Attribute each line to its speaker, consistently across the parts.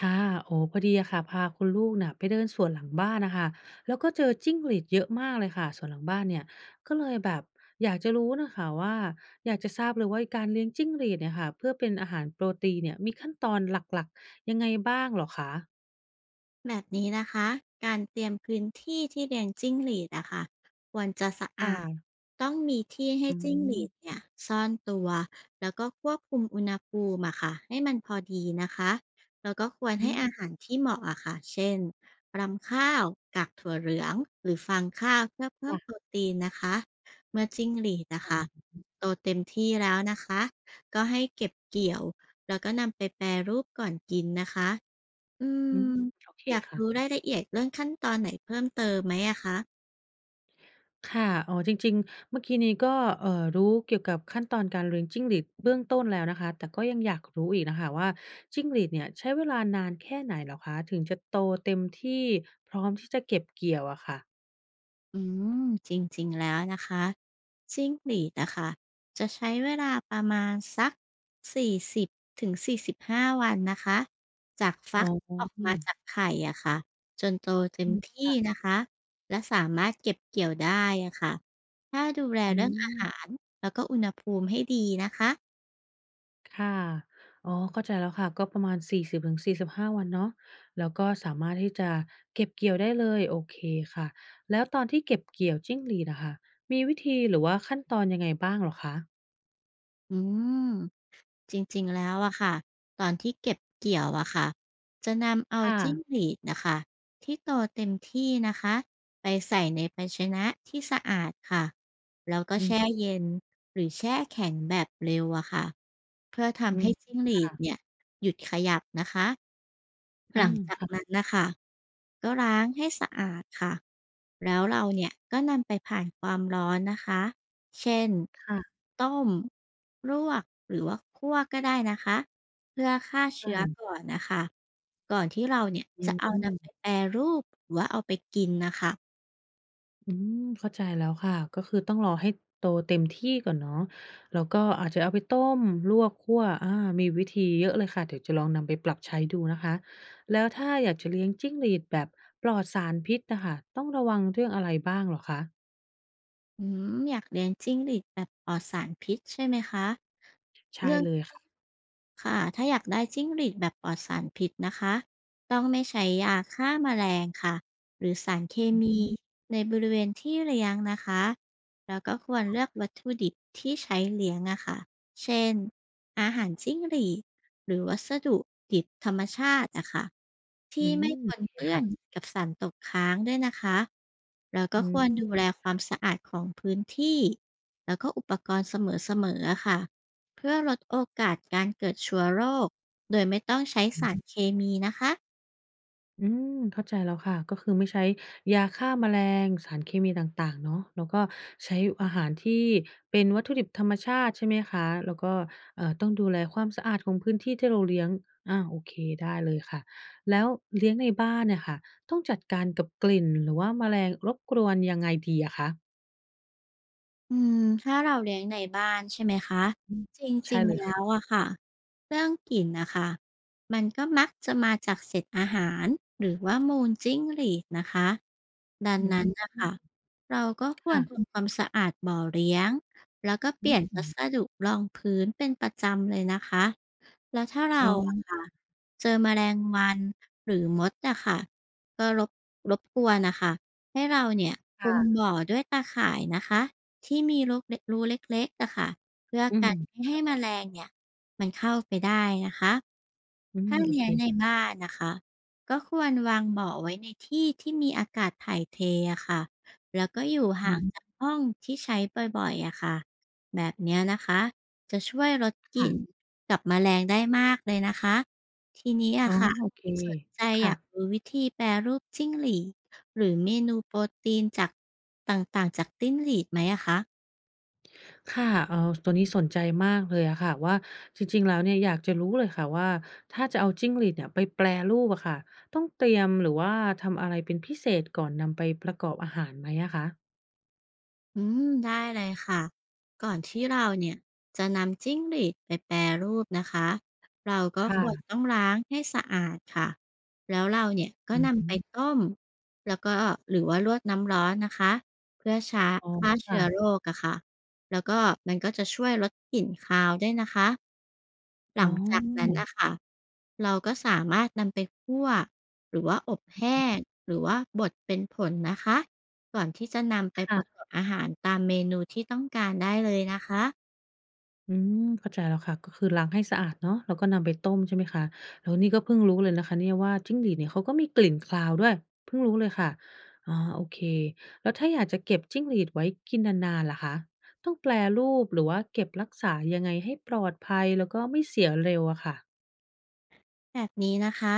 Speaker 1: ค่ะโอ้พอดีอะค่ะพาคุณลูกน่ะไปเดินสวนหลังบ้านนะคะแล้วก็เจอจิ้งหรีดเยอะมากเลยค่ะสวนหลังบ้านเนี่ยก็เลยแบบอยากจะรู้นะคะว่าอยากจะทราบเลยว่าการเลี้ยงจิ้งหรีดเนี่ยค่ะเพื่อเป็นอาหารโปรตีนเนี่ยมีขั้นตอนหลักๆยังไงบ้างเหรอคะ
Speaker 2: แบบนี้นะคะการเตรียมพื้นที่ที่เลี้ยงจิ้งหรีดอะค่ะควรจะสะ
Speaker 1: ค
Speaker 2: อาด
Speaker 1: ่ะ
Speaker 2: ต้องมีที่ให้
Speaker 1: อื
Speaker 2: จิ้งห
Speaker 1: ม
Speaker 2: รีดเนี่ยซ่อนตัวแล้วก็ควบคุมอุณหภูมิอะค่ะให้มันพอดีนะคะแล้วก็ควร
Speaker 1: อื
Speaker 2: ให้อาหาร
Speaker 1: ม
Speaker 2: ที่เหมาะอะค่ะเช่นรำข้าวกากถั่วเหลืองหรือฟางข้าวเพื่อเพิ่มโป
Speaker 1: ค่ะ
Speaker 2: รตีนนะคะเมื่อจิ้งหรีดนะ
Speaker 1: อ๋
Speaker 2: คะ
Speaker 1: อ
Speaker 2: โตเต็มที่แล้วนะคะก็ให้เก็บเกี่ยวแล้วก็นำไปแปรรูปก่อนกินนะคะ อื
Speaker 1: อืม
Speaker 2: ม
Speaker 1: โอเค
Speaker 2: อยาก
Speaker 1: ค่ะ
Speaker 2: รู้รายละเอียดเรื่องขั้นตอนไหนเพิ่มเติมไหมอะคะ
Speaker 1: ค่ะ อ๋อจริงๆเมื่อกี้นี้ก็เอ่อรู้เกี่ยวกับขั้นตอนการเลี้ยงจิ้งหรีดเบื้องต้นแล้วนะคะแต่ก็ยังอยากรู้อีกน่ะค่ะว่าจิ้งหรีดเนี่ยใช้เวลานานแค่ไหนเหรอคะถึงจะโตเต็มที่พร้อมที่จะเก็บเกี่ยวอะค่ะ
Speaker 2: อืม จริงๆแล้วนะคะจิ้งหรีดอะค่ะจะใช้เวลาประมาณสัก40-45วันนะคะจาก
Speaker 1: อ๋
Speaker 2: ฟั
Speaker 1: อ
Speaker 2: กออก
Speaker 1: อือ
Speaker 2: มาจากไข่อะค่ะจนโตเต็ม
Speaker 1: อืม
Speaker 2: ที่นะคะและสามารถเก็บเกี่ยวได้อะค่ะถ้าดูแลเรื่องอาหารแล้วก็อุณหภูมิให้ดีนะคะ
Speaker 1: ค่ะอ๋อเข้าใจแล้วค่ะก็ประมาณ4ห้5วันเนาะแล้วก็สามารถที่จะเก็บเกี่ยวได้เลยโอเคค่ะแล้วตอนที่เก็บเกี่ยวจิ้งหรีดอะค่ะมีวิธีหรือว่าขั้นตอนยังไงบ้างเหรอคะ
Speaker 2: อืม จริงๆ แล้วอะค่ะ ตอนที่เก็บเกี่ยวอะค่ะ จะนำเอาจิ้ง
Speaker 1: ค่ะ
Speaker 2: หรีดนะคะที่โตเต็มที่นะคะไปใส่ในภาชนะที่สะอาดค่ะ แล้วก็
Speaker 1: อือ
Speaker 2: แช่เย็นหรือแช่แข็งแบบเร็วอะค่ะ เพื่อ
Speaker 1: อื
Speaker 2: ทำ
Speaker 1: ม
Speaker 2: ให้จิ้งหรีด
Speaker 1: ค่ะ
Speaker 2: เนี่ยหยุดขยับนะคะ ห
Speaker 1: อา
Speaker 2: ลังจาก
Speaker 1: ค่ะ
Speaker 2: นั้นนะคะก็ล้างให้สะอาดค่ะแล้วเราเนี่ยก็นำไปผ่านความร้อนนะคะเช่น
Speaker 1: ค่ะ
Speaker 2: ต้มลวกหรือว่าคั่วก็ได้นะคะเพื่อฆ่าเชื้อ
Speaker 1: ค่ะ
Speaker 2: ก่อนนะคะก่อนที่เราเนี่ย
Speaker 1: อื
Speaker 2: จะเอานำไป
Speaker 1: ม
Speaker 2: แปรรูปหรือว่าเอาไปกินนะคะ
Speaker 1: อืมเข้าใจแล้วค่ะก็คือต้องรอให้โตเต็มที่ก่อนเนาะแล้วก็อาจจะเอาไปต้มลวกคั่วอามีวิธีเยอะเลยค่ะเดี๋ยวจะลองนำไปปรับใช้ดูนะคะแล้วถ้าอยากจะเลี้ยงจิ้งหรีดแบบปลอดสารพิษน่ะค่ะต้องระวังเรื่องอะไรบ้างเหรอคะ
Speaker 2: อืมอยากเลี้ยงจิ้งหรีดแบบปลอดสารพิษใช่ไหมคะ
Speaker 1: ใช่
Speaker 2: เรื่อง
Speaker 1: เลย
Speaker 2: ที่ต้อ
Speaker 1: ค่ะ
Speaker 2: งค่ะถ้าอยากได้จิ้งหรีดแบบปลอดสารพิษนะคะต้องไม่ใช้ยาฆ่าแมลงค่ะหรือสารเคมี
Speaker 1: อืม
Speaker 2: ในบริเวณที่เลี้ยงนะคะแล้วก็ควรเลือกวัตถุดิบที่ใช้เลี้ยงอะค่ะเช่นอาหารจิ้งหรีด หรือวัสดุดิบธรรมชาติอะค่ะ
Speaker 1: อื
Speaker 2: ที่
Speaker 1: ม
Speaker 2: ไม่ป
Speaker 1: โอ
Speaker 2: น
Speaker 1: เค
Speaker 2: เปื้อน
Speaker 1: ค่ะ
Speaker 2: กับสารตกค้างด้วยนะคะแล้วก็
Speaker 1: อื
Speaker 2: ควร
Speaker 1: ม
Speaker 2: ดูแลความสะอาดของพื้นที่แล้วก็อุปกรณ์เสมอๆอะค่ะเพื่อลดโอกาสการเกิดเชื้อโรคโดยไม่ต้องใช้สารเคมีนะคะ
Speaker 1: อืมเข้าใจแล้วค่ะก็คือไม่ใช้ยาฆ่าแมลงสารเคมีต่างๆเนาะแล้วก็ใช้อาหารที่เป็นวัตถุดิบธรรมชาติใช่ไหมคะแล้วก็ต้องดูแลความสะอาดของพื้นที่ที่เราเลี้ยงอาโอเคได้เลยค่ะแล้วเลี้ยงในบ้านเนี่ยค่ะต้องจัดการกับกลิ่นหรือว่าแมลงรบกวนยังไงดีอะคะ
Speaker 2: อืมถ้าเราเลี้ยงในบ้านใช่ไหมคะ
Speaker 1: อืม
Speaker 2: จ
Speaker 1: ใช่
Speaker 2: ริง
Speaker 1: เล
Speaker 2: ๆ
Speaker 1: ย
Speaker 2: แล้ว
Speaker 1: ค่ะ
Speaker 2: อะค่ะเรื่องกลิ่นนะคะมันก็มักจะมาจากเศษอาหารหรือว่ามูลจิ้งหรีดนะคะดัง
Speaker 1: อื
Speaker 2: นั้นนะ
Speaker 1: ม
Speaker 2: คะเราก็ควรทื
Speaker 1: ค่ะ
Speaker 2: มำความสะอาดบ่อเลี้ยงแล้วก็
Speaker 1: อ
Speaker 2: เปลี่ยนวั
Speaker 1: ืม
Speaker 2: สดุรองพื้นเป็นประจำเลยนะคะแล้วถ้า
Speaker 1: อ๋
Speaker 2: เรา
Speaker 1: อ
Speaker 2: ออะค่ะเจอแมลงวันหรือมดอะค่ะก็รบกวนนะคะให้เราเนี่ยคุม
Speaker 1: ค่ะ
Speaker 2: บ่อด้วยตาข่ายนะคะ ที่มีรูเล็กๆอะค่ะเพื่อ
Speaker 1: อืม
Speaker 2: กันไม่ให้แมลงเนี่ยมันเข้าไปได้นะคะ
Speaker 1: อืม
Speaker 2: ถ้า
Speaker 1: โอ
Speaker 2: เลี้
Speaker 1: เค
Speaker 2: ยงในบ้านนะคะก็ควรวางเบาะไว้ในที่ที่มีอากาศถ่ายเทอะค่ะแล้วก็อยู่
Speaker 1: อื
Speaker 2: ห่าง
Speaker 1: ม
Speaker 2: จากห้องที่ใช้บ่อยๆอะค่ะแบบเนี้ยนะคะจะช่วยลดกลิ่น
Speaker 1: ค่ะ
Speaker 2: กับแมลงได้มากเลยนะคะทีนี้
Speaker 1: อ๋อ
Speaker 2: อะค่ะ
Speaker 1: โอเค
Speaker 2: สนใจอยาก
Speaker 1: ค่ะ
Speaker 2: รู้วิธีแปรรูปจิ้งหรีดหรือเมนูโปรตีนจากต่างๆจากจิ้งหรีดไหมอะคะ
Speaker 1: ค่ะตัวนี้สนใจมากเลยอะค่ะว่าจริงๆ แล้วเนี่ยอยากจะรู้เลยค่ะว่าถ้าจะเอาจิ้งหรีดเนี่ยไปแปรรูปอะค่ะต้องเตรียมหรือว่าทำอะไรเป็นพิเศษก่อนนำไปประกอบอาหารไหมอะคะ
Speaker 2: อืมได้เลยค่ะก่อนที่เราเนี่ยจะนำจิ้งหรีดไปแปรรูปนะคะเรา
Speaker 1: ช
Speaker 2: ก็
Speaker 1: ค่่ะ
Speaker 2: ควรต้องล้างให้สะอาดค่ะแล้วเราเนี่ยก็
Speaker 1: อื
Speaker 2: นำไป
Speaker 1: อ
Speaker 2: ต้มแล้วก็หรือว่าลวกน้ำร้อนนะคะเพื่อช้า
Speaker 1: อ๋อ
Speaker 2: ฆ่าเชื้อโร
Speaker 1: ค่ะ
Speaker 2: คอะค่ะแล้วก็มันก็จะช่วยลดกลิ่นคาวด้วยนะคะห
Speaker 1: อ๋
Speaker 2: ลังจากนั้น
Speaker 1: อ
Speaker 2: นะคะเราก็สามารถนำไปคั่วหรือว่าอบแห้งหรือว่าบดเป็นผงนะคะ ก่อนที่จะนำไปประก
Speaker 1: ค่ะ
Speaker 2: อบอาหารตามเมนูที่ต้องการได้เลยนะคะ
Speaker 1: อืมเข้าใจแล้วค่ะก็คือล้างให้สะอาดเนาะแล้วก็นำไปต้มใช่ไหมคะแล้วนี่ก็เพิ่งรู้เลยนะคะเนี่ยว่าจิ้งหรีดเนี่ยเขาก็มีกลิ่นคาวด้วยเพิ่งรู้เลยค่ะอ๋อโอเคแล้วถ้าอยากจะเก็บจิ้งหรีดไว้กินนานๆล่ะคะต้องแปรรูปหรือว่าเก็บรักษายังไงให้ปลอดภัยแล้วก็ไม่เสียเร็วอะค่ะ
Speaker 2: แบบนี้นะคะ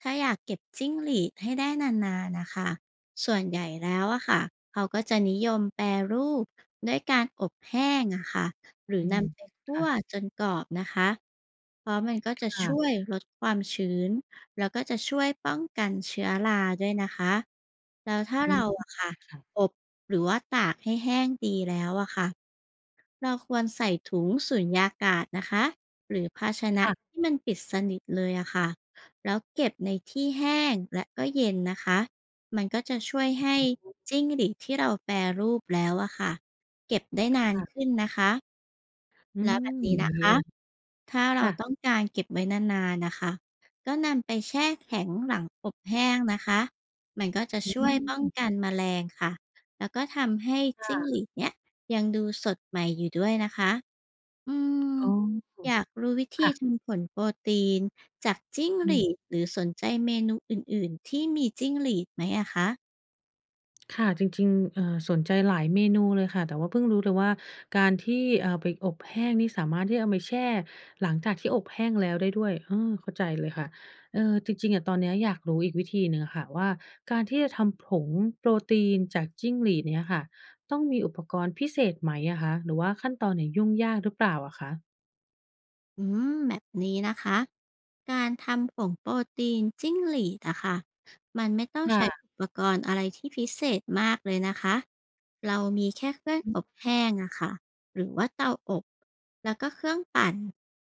Speaker 2: ถ้าอยากเก็บจิ้งหรีดให้ได้นานๆนะคะส่วนใหญ่แล้วอะค่ะเขาก็จะนิยมแปรรูปด้วยการอบแห้งอะค่ะหรือ
Speaker 1: อืม
Speaker 2: นำไปคั่ว
Speaker 1: ค่ะ
Speaker 2: จนกรอบนะคะเพราะมันก็จะช่วย
Speaker 1: ค่ะ
Speaker 2: ลดความชื้นแล้วก็จะช่วยป้องกันเชื้อราด้วยนะคะแล้วถ้า
Speaker 1: อืม
Speaker 2: เราอะค่ะ
Speaker 1: ค่ะ
Speaker 2: อบหรือว่าตากให้แห้งดีแล้วอะค่ะ เราควรใส่ถุงสุญญากาศนะคะหรือภาชนะ
Speaker 1: ค่ะ
Speaker 2: ที่มันปิดสนิทเลยอะค่ะแล้วเก็บในที่แห้งและก็เย็นนะคะมันก็จะช่วยให้จิ้งหรีดที่เราแปรรูปแล้วอะค่ะเก็บได้
Speaker 1: ค
Speaker 2: นานขึ้
Speaker 1: ่ะ
Speaker 2: นนะคะ
Speaker 1: อื
Speaker 2: แล้ว
Speaker 1: ม
Speaker 2: แบบ
Speaker 1: อ
Speaker 2: นี้
Speaker 1: ย่าง
Speaker 2: นะ
Speaker 1: งี้นี่เอ
Speaker 2: คะ
Speaker 1: ง
Speaker 2: ถ้าเรา
Speaker 1: ค่ะ
Speaker 2: ต้องการเก็บไว้นานๆนะคะก็นำไปแช่แข็งหลังอบแห้งนะคะมันก็จะ
Speaker 1: อื
Speaker 2: ช่วยป้อง
Speaker 1: ม
Speaker 2: กันแมลงค่ะแล้วก็ทำให้จิ้งห
Speaker 1: ค่ะ
Speaker 2: รีดเนี่ยยังดูสดใหม่อยู่ด้วยนะคะอืม
Speaker 1: อ๋
Speaker 2: อ
Speaker 1: อ
Speaker 2: ยากรู้วิธี
Speaker 1: ค่ะ
Speaker 2: ทำผลโปรตีนจากจิ้งห
Speaker 1: อื
Speaker 2: รี
Speaker 1: ม
Speaker 2: ดหรือสนใจเมนูอื่นๆที่มีจิ้งหรีดไหมอะคะ
Speaker 1: ค่ะจริงๆสนใจหลายเมนูเลยค่ะแต่ว่าเพิ่งรู้เลยว่าการที่ไปอบแห้งนี่สามารถที่เอาไปแช่หลังจากที่อบแห้งแล้วได้ด้วยเออเข้าใจเลยค่ะจริงๆอะตอนเนี้ยอยากรู้อีกวิธีหนึ่งอะค่ะว่าการที่จะทำผงโปรตีนจากจิ้งหรีดเนี่ยค่ะต้องมีอุปกรณ์พิเศษไหมอะคะหรือว่าขั้นตอนเนี่ยยุ่งยากหรือเปล่าอะคะ
Speaker 2: อืมแบบนี้นะคะ การทำผงโปรตีนจิ้งหรีดอะค่ะมันไม่ต้องใช้
Speaker 1: ค่ะ
Speaker 2: อุปกรณ์อะไรที่พิเศษมากเลยนะคะเรามีแค่เครื่อง
Speaker 1: อื
Speaker 2: อบ
Speaker 1: ม
Speaker 2: แห้งอะค่ะหรือว่าเตาอบแล้วก็เครื่องปั่น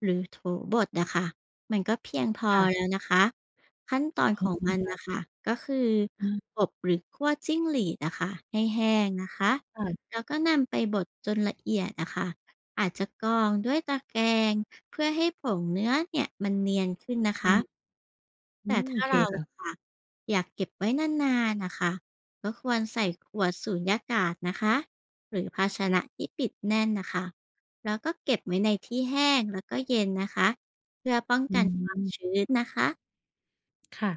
Speaker 2: หรือโถบดอะค่ะมันก็เพียงพอ
Speaker 1: ค่ะ
Speaker 2: แล้วนะคะขั้นตอน
Speaker 1: อ๋
Speaker 2: ของ
Speaker 1: อ
Speaker 2: มันนะคะ ก็คืออ
Speaker 1: อา
Speaker 2: บหรือคั่วจิ้งหรีดอะค่ะให้แห้งนะคะ
Speaker 1: ค่ะ
Speaker 2: แล้วก็นำไปบดจนละเอียดอะค่ะอาจจะกรองด้วยตะแกรง เพื่อให้ผงเนื้อเนี่ยมันเนียนขึ้นนะ
Speaker 1: อื
Speaker 2: คะ
Speaker 1: มอื
Speaker 2: แต่
Speaker 1: มโอ
Speaker 2: ถ้า
Speaker 1: เค
Speaker 2: เราอะ
Speaker 1: ค่ะ
Speaker 2: ค่ะอยากเก็บไว้นานๆนะคะก็ควรใส่ขวดสูญญากาศนะคะหรือภาชนะที่ปิดแน่นนะคะแล้วก็เก็บไว้ในที่แห้งแล้วก็เย็นนะคะเพื่อป้อง
Speaker 1: อื
Speaker 2: กันความชื้
Speaker 1: ม
Speaker 2: นนะคะ
Speaker 1: ค่ะ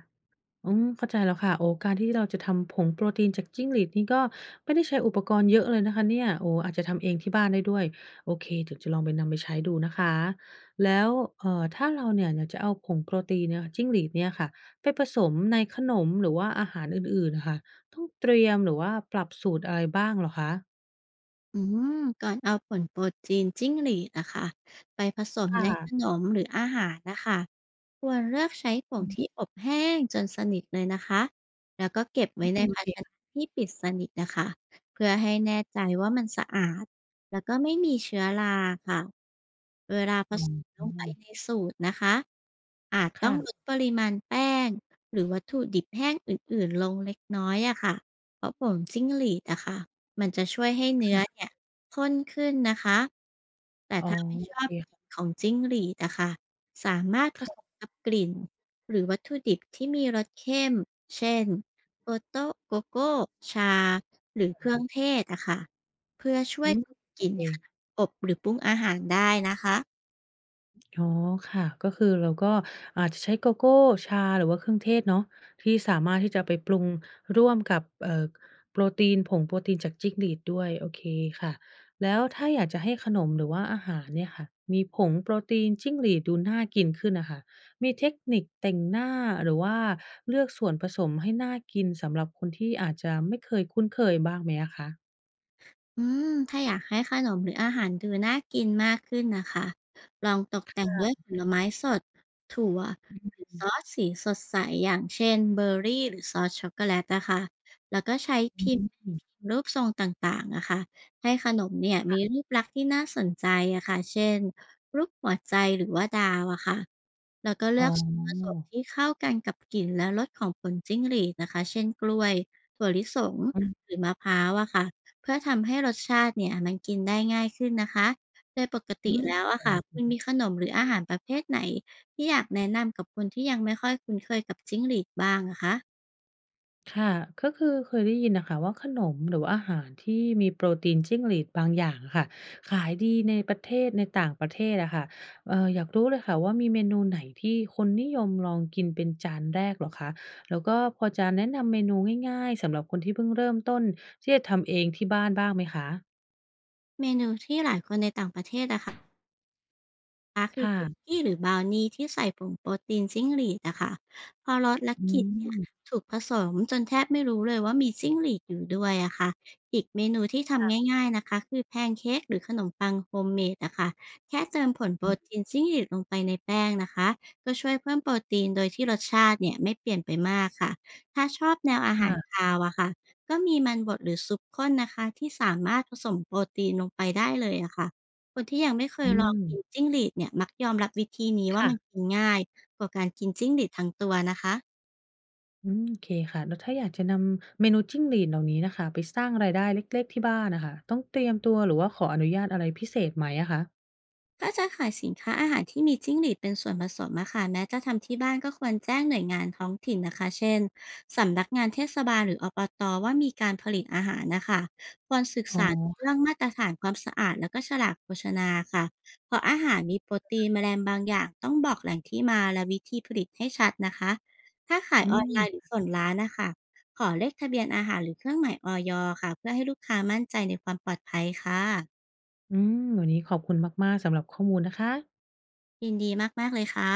Speaker 1: อืมเข้าใจแล้วค่ะโอ้การที่เราจะทำผงโปรตีนจากจิ้งหรีดนี่ก็ไม่ได้ใช้อุปกรณ์เยอะเลยนะคะเนี่ยโอ้อาจจะทำเองที่บ้านได้ด้วยโอเคเดี๋ยวจะลองไปนำไปใช้ดูนะคะแล้วถ้าเราเนี่ยอยากจะเอาผงโปรตีนเนี่ยจิ้งหรีดเนี่ยค่ะไปผสมในขนมหรือว่าอาหารอื่นๆน่ะค่ะต้องเตรียมหรือว่าปรับสูตรอะไรบ้างเหรอคะ
Speaker 2: อืมก่อนเอาผลโปรตีนจิ้งหรีดนะคะไปผสม
Speaker 1: ค
Speaker 2: ในขน
Speaker 1: ่ะ
Speaker 2: มหรืออาหารนะคะควรเลือกใช้ผ
Speaker 1: อื
Speaker 2: ง
Speaker 1: ม
Speaker 2: ที่อบแห้งจนสนิทเลยนะคะแล้วก็เก็บไว้ใน
Speaker 1: โอ
Speaker 2: ภา
Speaker 1: เค
Speaker 2: ชนะ
Speaker 1: ค่ะ
Speaker 2: ที่ปิดสนิทนะคะเพื่อให้แน่ใจว่ามันสะอาดแล้วก็ไม่มีเชื้อราค่ะเวลาผ
Speaker 1: อ๋
Speaker 2: สมล
Speaker 1: อ
Speaker 2: งไปในสูตรนะคะอาจต้องลด
Speaker 1: ค่ะ
Speaker 2: ปริมาณแป้งหรือวัตถุดิบแห้งอื่นๆลงเล็กน้อยอะค่ะเพราะผงจิ้งหรีดอะค่ะ มันจะช่วยให้เนื้อเนี่ยข้นขึ้นนะคะ แต่
Speaker 1: ๆอ๋อ
Speaker 2: ถ้าไม่
Speaker 1: โอ
Speaker 2: ชอ
Speaker 1: เค
Speaker 2: บกลิ่น
Speaker 1: ค่ะ
Speaker 2: ของจิ้งหรีดนะค่ะสามารถผสมกับกลิ่นหรือวัตถุดิบที่มีรสเข้มเช่นโกโตโกโก้ชา หรือเครื่องเทศนะค่ะเพื่อช่ว
Speaker 1: อื
Speaker 2: ย
Speaker 1: ม
Speaker 2: ก
Speaker 1: โอ
Speaker 2: ลิ่นขณะ
Speaker 1: เค
Speaker 2: อบหรือปรุงอาหารได้นะคะ
Speaker 1: อ๋อค่ะก็คือเราก็อาจจะใช้โกโก้ชาหรือว่าเครื่องเทศเนาะที่สามารถที่จะไปปรุงร่วมกับโปรตีนผงโปรตีนจากจิ้งหรีดด้วยโอเคค่ะแล้วถ้าอยากจะให้ขนมหรือว่าอาหารเนี่ยค่ะมีผงโปรตีนจิ้งหรีดดูน่ากินขึ้นน่ะค่ะมีเทคนิคแต่งหน้าหรือว่าเลือกส่วนผสมให้น่ากินสำหรับคนที่อาจจะไม่เคยคุ้นเคยบ้างไหมอะคะ
Speaker 2: อืมถ้าอยากให้ขนมหรืออาหารดูน่ากินมากขึ้นนะคะลองตกแต่งด้วยผลไม้สดถั่วหรือซอสสีสดใสอย่างเช่นเบอร์รี่หรือซอสช็อกโกแลตนะค่ะแล้วก็ใช้
Speaker 1: อื
Speaker 2: พิ
Speaker 1: ม
Speaker 2: มพ์รูปทรงต่างๆ นะคะ ให้ขนมเนี่ยมีรูปลักษณ์ที่น่าสนใจอะค่ะเช่นรูปหัวใจหรือว่าดาวอะค่ะแล้วก็
Speaker 1: อ๋อ
Speaker 2: เลือกส่วนผสมที่เข้ากันกับกลิ่นและรสของผลจิ้งหรีดนะคะ เช่นกล้วยถั่วลิสงหรือ
Speaker 1: อ
Speaker 2: มะพร้าวอะค่ะ เพื่อทำให้รสชาติเนี่ยมันกินได้ง่ายขึ้นนะคะ โดยปกติ
Speaker 1: ื
Speaker 2: แล้ว
Speaker 1: ม
Speaker 2: อะค่ะคุณมีขนมหรืออาหารประเภทไหนที่อยากแนะนำกับคนที่ยังไม่ค่อยคุ้นเคยกับจิ้งหรีดบ้างอะคะ
Speaker 1: ค่ะก็คือเคยได้ยินนะคะว่าขนมหรือว่าอาหารที่มีโปรตีนจิ้งหรีดบางอย่างอะค่ะขายดีในประเทศในต่างประเทศอะค่ะอยากรู้เลยค่ะว่ามีเมนูไหนที่คนนิยมลองกินเป็นจานแรกเหรอคะแล้วก็พอจะแนะนำเมนูง่ายๆสำหรับคนที่เพิ่งเริ่มต้นที่จะทำเองที่บ้านบ้างไหมคะ
Speaker 2: เมนูที่หลายคนในต่างประเทศอะค่ะ
Speaker 1: ค่ะ
Speaker 2: กี้หรือบราวนีที่ใส่ผงโปรตีนจิ้งหรีดอะค่ะพอรสและ
Speaker 1: อื
Speaker 2: กลิ่นเนี่ย
Speaker 1: ม
Speaker 2: ถูกผสมจนแทบไม่รู้เลยว่ามีจิ้งหรีดอยู่ด้วยอะค่ะอีกเมนูที่ทำง่ายๆนะคะคือแพนเค้กหรือขนมปังโฮมเมดอะค่ะแค่เติมผลโปรตีนจิ้งหรีดลงไปในแป้งนะคะก็ช่วยเพิ่มโปรตีนโดยที่รสชาติเนี่ยไม่เปลี่ยนไปมากค่ะถ้าชอบแนว
Speaker 1: ค
Speaker 2: อาหาร
Speaker 1: ่ะ
Speaker 2: คาวอะค่ะก็มีมันบดหรือซุปข้นนะคะที่สามารถผสมโปรตีนลงไปได้เลยอะค่ะ คนที่ยังไม่เค
Speaker 1: อื
Speaker 2: ยลอง
Speaker 1: ม
Speaker 2: กินจิ้งหรีดเนี่ยมักยอมรับวิธีนี้ว่า
Speaker 1: ค่ะ
Speaker 2: มันกินง่ายกว่าการกินจิ้งหรีดทั้งตัวนะคะ
Speaker 1: อืมโอเคค่ะแล้วถ้าอยากจะนำเมนูจิ้งหรีดเหล่านี้น่ะค่ะไปสร้างรายได้เล็กๆที่บ้านน่ะค่ะต้องเตรียมตัวหรือว่าขออนุญาตอะไรพิเศษไหมอะคะ
Speaker 2: ถ้าจะขายสินค้าอาหารที่มีจิ้งหรีดเป็นส่วนผสมอะค่ะแม้จะทำที่บ้านก็ควรแจ้งหน่วยงานท้องถิ่นนะคะเช่นสำนักงานเทศบาลหรืออปตว่ามีการผลิตอาหารนะคะควรศึก
Speaker 1: อ๋
Speaker 2: ษา
Speaker 1: อ
Speaker 2: เรื่องมาตรฐานความสะอาดแล้วก็ฉลากโภชนาค่ะเพราะอาหารมีโปรตีนแมลงบางอย่างต้องบอกแหล่งที่มาและวิธีผลิตให้ชัดนะคะถ้าขาย
Speaker 1: อื
Speaker 2: ออนไล
Speaker 1: ม
Speaker 2: น์หรือส่งร้านนะคะขอเลขทะเบียนอาหารหรือเครื่องหมายอยค่ะเพื่อให้ลูกค้ามั่นใจในความปลอดภัยค่ะ
Speaker 1: อืมวันนี้ขอบคุณมากๆสำหรับข้อมูลนะคะ
Speaker 2: ยินดีมากๆเลยค่ะ